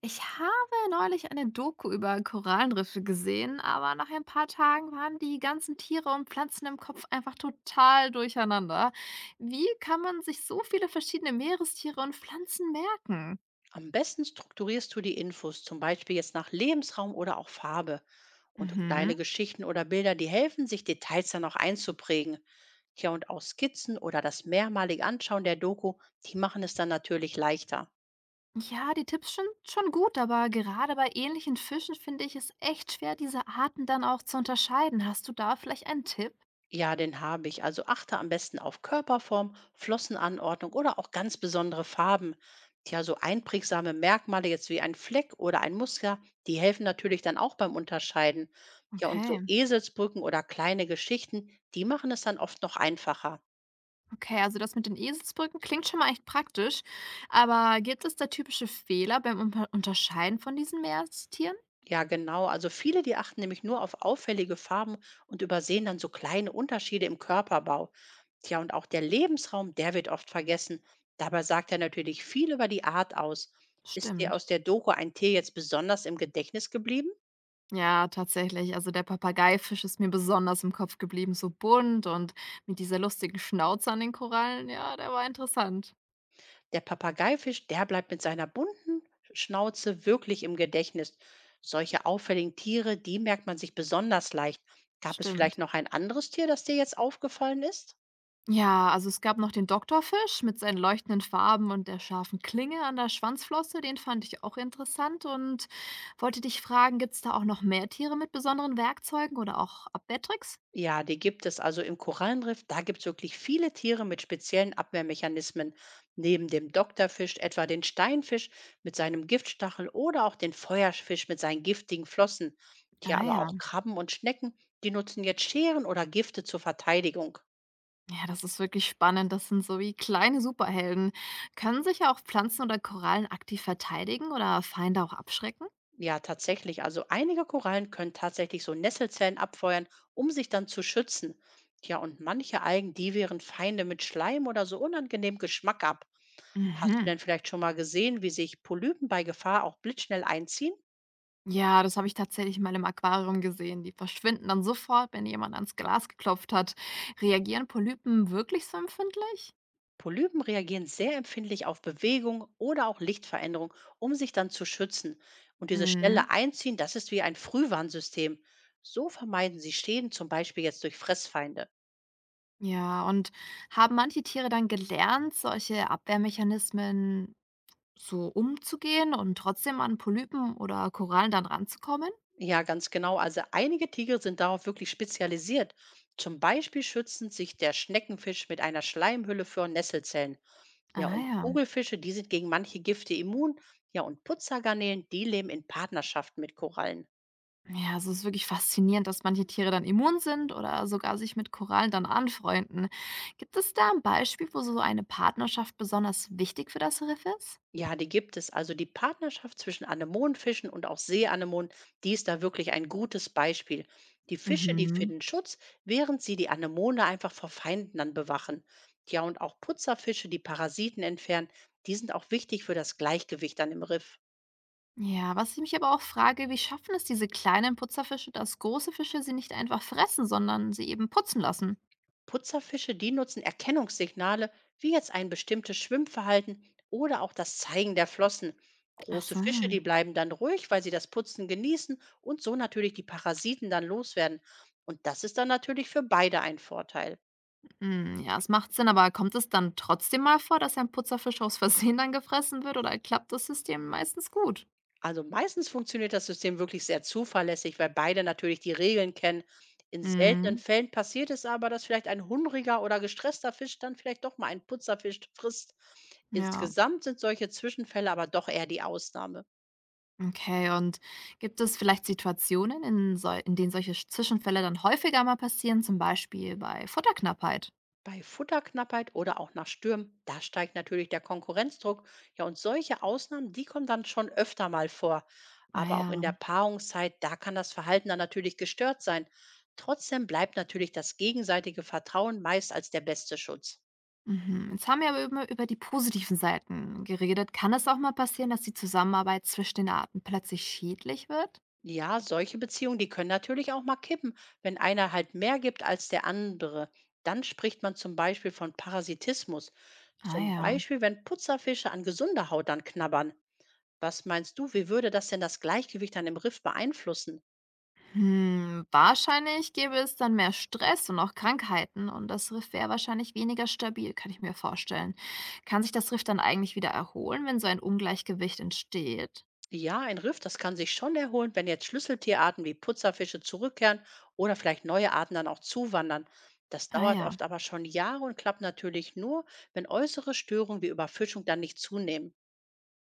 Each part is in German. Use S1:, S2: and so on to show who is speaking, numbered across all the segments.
S1: Ich habe neulich eine Doku über Korallenriffe gesehen, aber nach ein paar Tagen waren die ganzen Tiere und Pflanzen im Kopf einfach total durcheinander. Wie kann man sich so viele verschiedene Meerestiere und Pflanzen merken?
S2: Am besten strukturierst du die Infos, zum Beispiel jetzt nach Lebensraum oder auch Farbe. Und kleine
S1: Mhm.
S2: Geschichten oder Bilder, die helfen, sich Details dann auch einzuprägen. Tja, und auch Skizzen oder das mehrmalige Anschauen der Doku, die machen es dann natürlich leichter.
S1: Ja, die Tipps sind schon gut, aber gerade bei ähnlichen Fischen finde ich es echt schwer, diese Arten dann auch zu unterscheiden. Hast du da vielleicht einen Tipp?
S2: Ja, den habe ich. Also achte am besten auf Körperform, Flossenanordnung oder auch ganz besondere Farben. Tja, so einprägsame Merkmale jetzt wie ein Fleck oder ein Muster, die helfen natürlich dann auch beim Unterscheiden. Ja, und so
S1: Okay.
S2: Eselsbrücken oder kleine Geschichten, die machen es dann oft noch einfacher.
S1: Okay, also das mit den Eselsbrücken klingt schon mal echt praktisch, aber gibt es da typische Fehler beim Unterscheiden von diesen Meerestieren?
S2: Ja, genau. Also viele, die achten nämlich nur auf auffällige Farben und übersehen dann so kleine Unterschiede im Körperbau. Tja, und auch der Lebensraum, der wird oft vergessen. Dabei sagt er natürlich viel über die Art aus. Ist dir
S1: Stimmt.
S2: aus der Doku ein Tier jetzt besonders im Gedächtnis geblieben?
S1: Ja, tatsächlich. Also der Papageifisch ist mir besonders im Kopf geblieben, so bunt und mit dieser lustigen Schnauze an den Korallen. Ja, der war interessant.
S2: Der Papageifisch, der bleibt mit seiner bunten Schnauze wirklich im Gedächtnis. Solche auffälligen Tiere, die merkt man sich besonders leicht. Gab es vielleicht
S1: Stimmt.
S2: noch ein anderes Tier, das dir jetzt aufgefallen ist?
S1: Ja, also es gab noch den Doktorfisch mit seinen leuchtenden Farben und der scharfen Klinge an der Schwanzflosse. Den fand ich auch interessant und wollte dich fragen, gibt es da auch noch mehr Tiere mit besonderen Werkzeugen oder auch Abwehrtricks?
S2: Ja, die gibt es also im Korallenriff. Da gibt es wirklich viele Tiere mit speziellen Abwehrmechanismen. Neben dem Doktorfisch etwa den Steinfisch mit seinem Giftstachel oder auch den Feuerfisch mit seinen giftigen Flossen. Ja,
S1: Ah
S2: aber
S1: ja,
S2: auch Krabben und Schnecken, die nutzen jetzt Scheren oder Gifte zur Verteidigung.
S1: ja, das ist wirklich spannend. Das sind so wie kleine Superhelden. Können sich ja auch Pflanzen oder Korallen aktiv verteidigen oder Feinde auch abschrecken?
S2: Ja, tatsächlich. Also einige Korallen können tatsächlich so Nesselzellen abfeuern, um sich dann zu schützen. Ja, und manche Algen, die wehren Feinde mit Schleim oder so unangenehm Geschmack ab. Hast du
S1: Mhm.
S2: denn vielleicht schon mal gesehen, wie sich Polypen bei Gefahr auch blitzschnell einziehen?
S1: Ja, das habe ich tatsächlich mal im Aquarium gesehen. Die verschwinden dann sofort, wenn jemand ans Glas geklopft hat. Reagieren Polypen wirklich so empfindlich?
S2: Polypen reagieren sehr empfindlich auf Bewegung oder auch Lichtveränderung, um sich dann zu schützen. Und dieses schnelle
S1: Mhm.
S2: Einziehen, das ist wie ein Frühwarnsystem. So vermeiden sie Schäden, zum Beispiel jetzt durch Fressfeinde.
S1: Ja, und haben manche Tiere dann gelernt, solche Abwehrmechanismen so umzugehen und trotzdem an Polypen oder Korallen dann ranzukommen?
S2: Ja, ganz genau. Also einige Tiger sind darauf wirklich spezialisiert. Zum Beispiel schützen sich der Schneckenfisch mit einer Schleimhülle für Nesselzellen. Ja,
S1: Ah
S2: und
S1: ja.
S2: Kugelfische, die sind gegen manche Gifte immun. Ja, und Putzergarnelen, die leben in Partnerschaften mit Korallen.
S1: Ja, also es ist wirklich faszinierend, dass manche Tiere dann immun sind oder sogar sich mit Korallen dann anfreunden. Gibt es da ein Beispiel, wo so eine Partnerschaft besonders wichtig für das Riff ist?
S2: Ja, die gibt es. Also die Partnerschaft zwischen Anemonenfischen und auch Seeanemonen, die ist da wirklich ein gutes Beispiel. Die Fische, die
S1: Mhm.
S2: finden Schutz, während sie die Anemone einfach vor Feinden dann bewachen. Ja, und auch Putzerfische, die Parasiten entfernen, die sind auch wichtig für das Gleichgewicht dann im Riff.
S1: Ja, was ich mich aber auch frage, wie schaffen es diese kleinen Putzerfische, dass große Fische sie nicht einfach fressen, sondern sie eben putzen lassen?
S2: Putzerfische, die nutzen Erkennungssignale, wie jetzt ein bestimmtes Schwimmverhalten oder auch das Zeigen der Flossen.
S1: Ach
S2: Große
S1: so.
S2: Fische, die bleiben dann ruhig, weil sie das Putzen genießen und so natürlich die Parasiten dann loswerden. Und das ist dann natürlich für beide ein Vorteil.
S1: Hm, ja, es macht Sinn, aber kommt es dann trotzdem mal vor, dass ein Putzerfisch aus Versehen dann gefressen wird oder klappt das System meistens gut?
S2: Also meistens funktioniert das System wirklich sehr zuverlässig, weil beide natürlich die Regeln kennen. In seltenen
S1: Mhm.
S2: Fällen passiert es aber, dass vielleicht ein hungriger oder gestresster Fisch dann vielleicht doch mal einen Putzerfisch frisst.
S1: Ja.
S2: Insgesamt sind solche Zwischenfälle aber doch eher die Ausnahme.
S1: Okay, und gibt es vielleicht Situationen, in denen solche Zwischenfälle dann häufiger mal passieren, zum Beispiel bei Futterknappheit?
S2: Bei Futterknappheit oder auch nach Stürmen, da steigt natürlich der Konkurrenzdruck. Ja, und solche Ausnahmen, die kommen dann schon öfter mal vor. Aber auch in
S1: Naja.
S2: der Paarungszeit, da kann das Verhalten dann natürlich gestört sein. Trotzdem bleibt natürlich das gegenseitige Vertrauen meist als der beste Schutz.
S1: Mhm. Jetzt haben wir aber immer über die positiven Seiten geredet. Kann es auch mal passieren, dass die Zusammenarbeit zwischen den Arten plötzlich schädlich wird?
S2: Ja, solche Beziehungen, die können natürlich auch mal kippen, wenn einer halt mehr gibt als der andere. Dann spricht man zum Beispiel von Parasitismus.
S1: Ah
S2: Zum
S1: ja.
S2: Beispiel, wenn Putzerfische an gesunder Haut dann knabbern. Was meinst du, wie würde das denn das Gleichgewicht an dem Riff beeinflussen?
S1: Hm, wahrscheinlich gäbe es dann mehr Stress und auch Krankheiten und das Riff wäre wahrscheinlich weniger stabil, kann ich mir vorstellen. Kann sich das Riff dann eigentlich wieder erholen, wenn so ein Ungleichgewicht entsteht?
S2: Ja, ein Riff, das kann sich schon erholen, wenn jetzt Schlüsseltierarten wie Putzerfische zurückkehren oder vielleicht neue Arten dann auch zuwandern. Das
S1: Ah
S2: dauert
S1: ja.
S2: oft aber schon Jahre und klappt natürlich nur, wenn äußere Störungen wie Überfischung dann nicht zunehmen.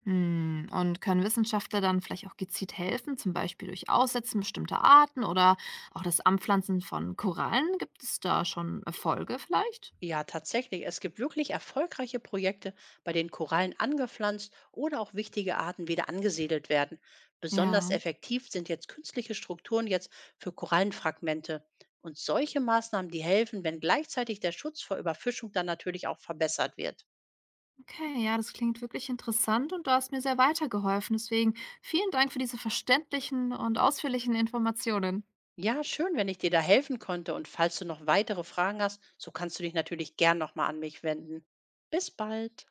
S1: Hm. Und können Wissenschaftler dann vielleicht auch gezielt helfen, zum Beispiel durch Aussetzen bestimmter Arten oder auch das Anpflanzen von Korallen? Gibt es da schon Erfolge vielleicht?
S2: Ja, tatsächlich. Es gibt wirklich erfolgreiche Projekte, bei denen Korallen angepflanzt oder auch wichtige Arten wieder angesiedelt werden. Besonders
S1: Ja.
S2: effektiv sind jetzt künstliche Strukturen jetzt für Korallenfragmente. Und solche Maßnahmen, die helfen, wenn gleichzeitig der Schutz vor Überfischung dann natürlich auch verbessert wird.
S1: Okay, ja, das klingt wirklich interessant und du hast mir sehr weitergeholfen. Deswegen vielen Dank für diese verständlichen und ausführlichen Informationen.
S2: Ja, schön, wenn ich dir da helfen konnte. Und falls du noch weitere Fragen hast, so kannst du dich natürlich gern nochmal an mich wenden. Bis bald.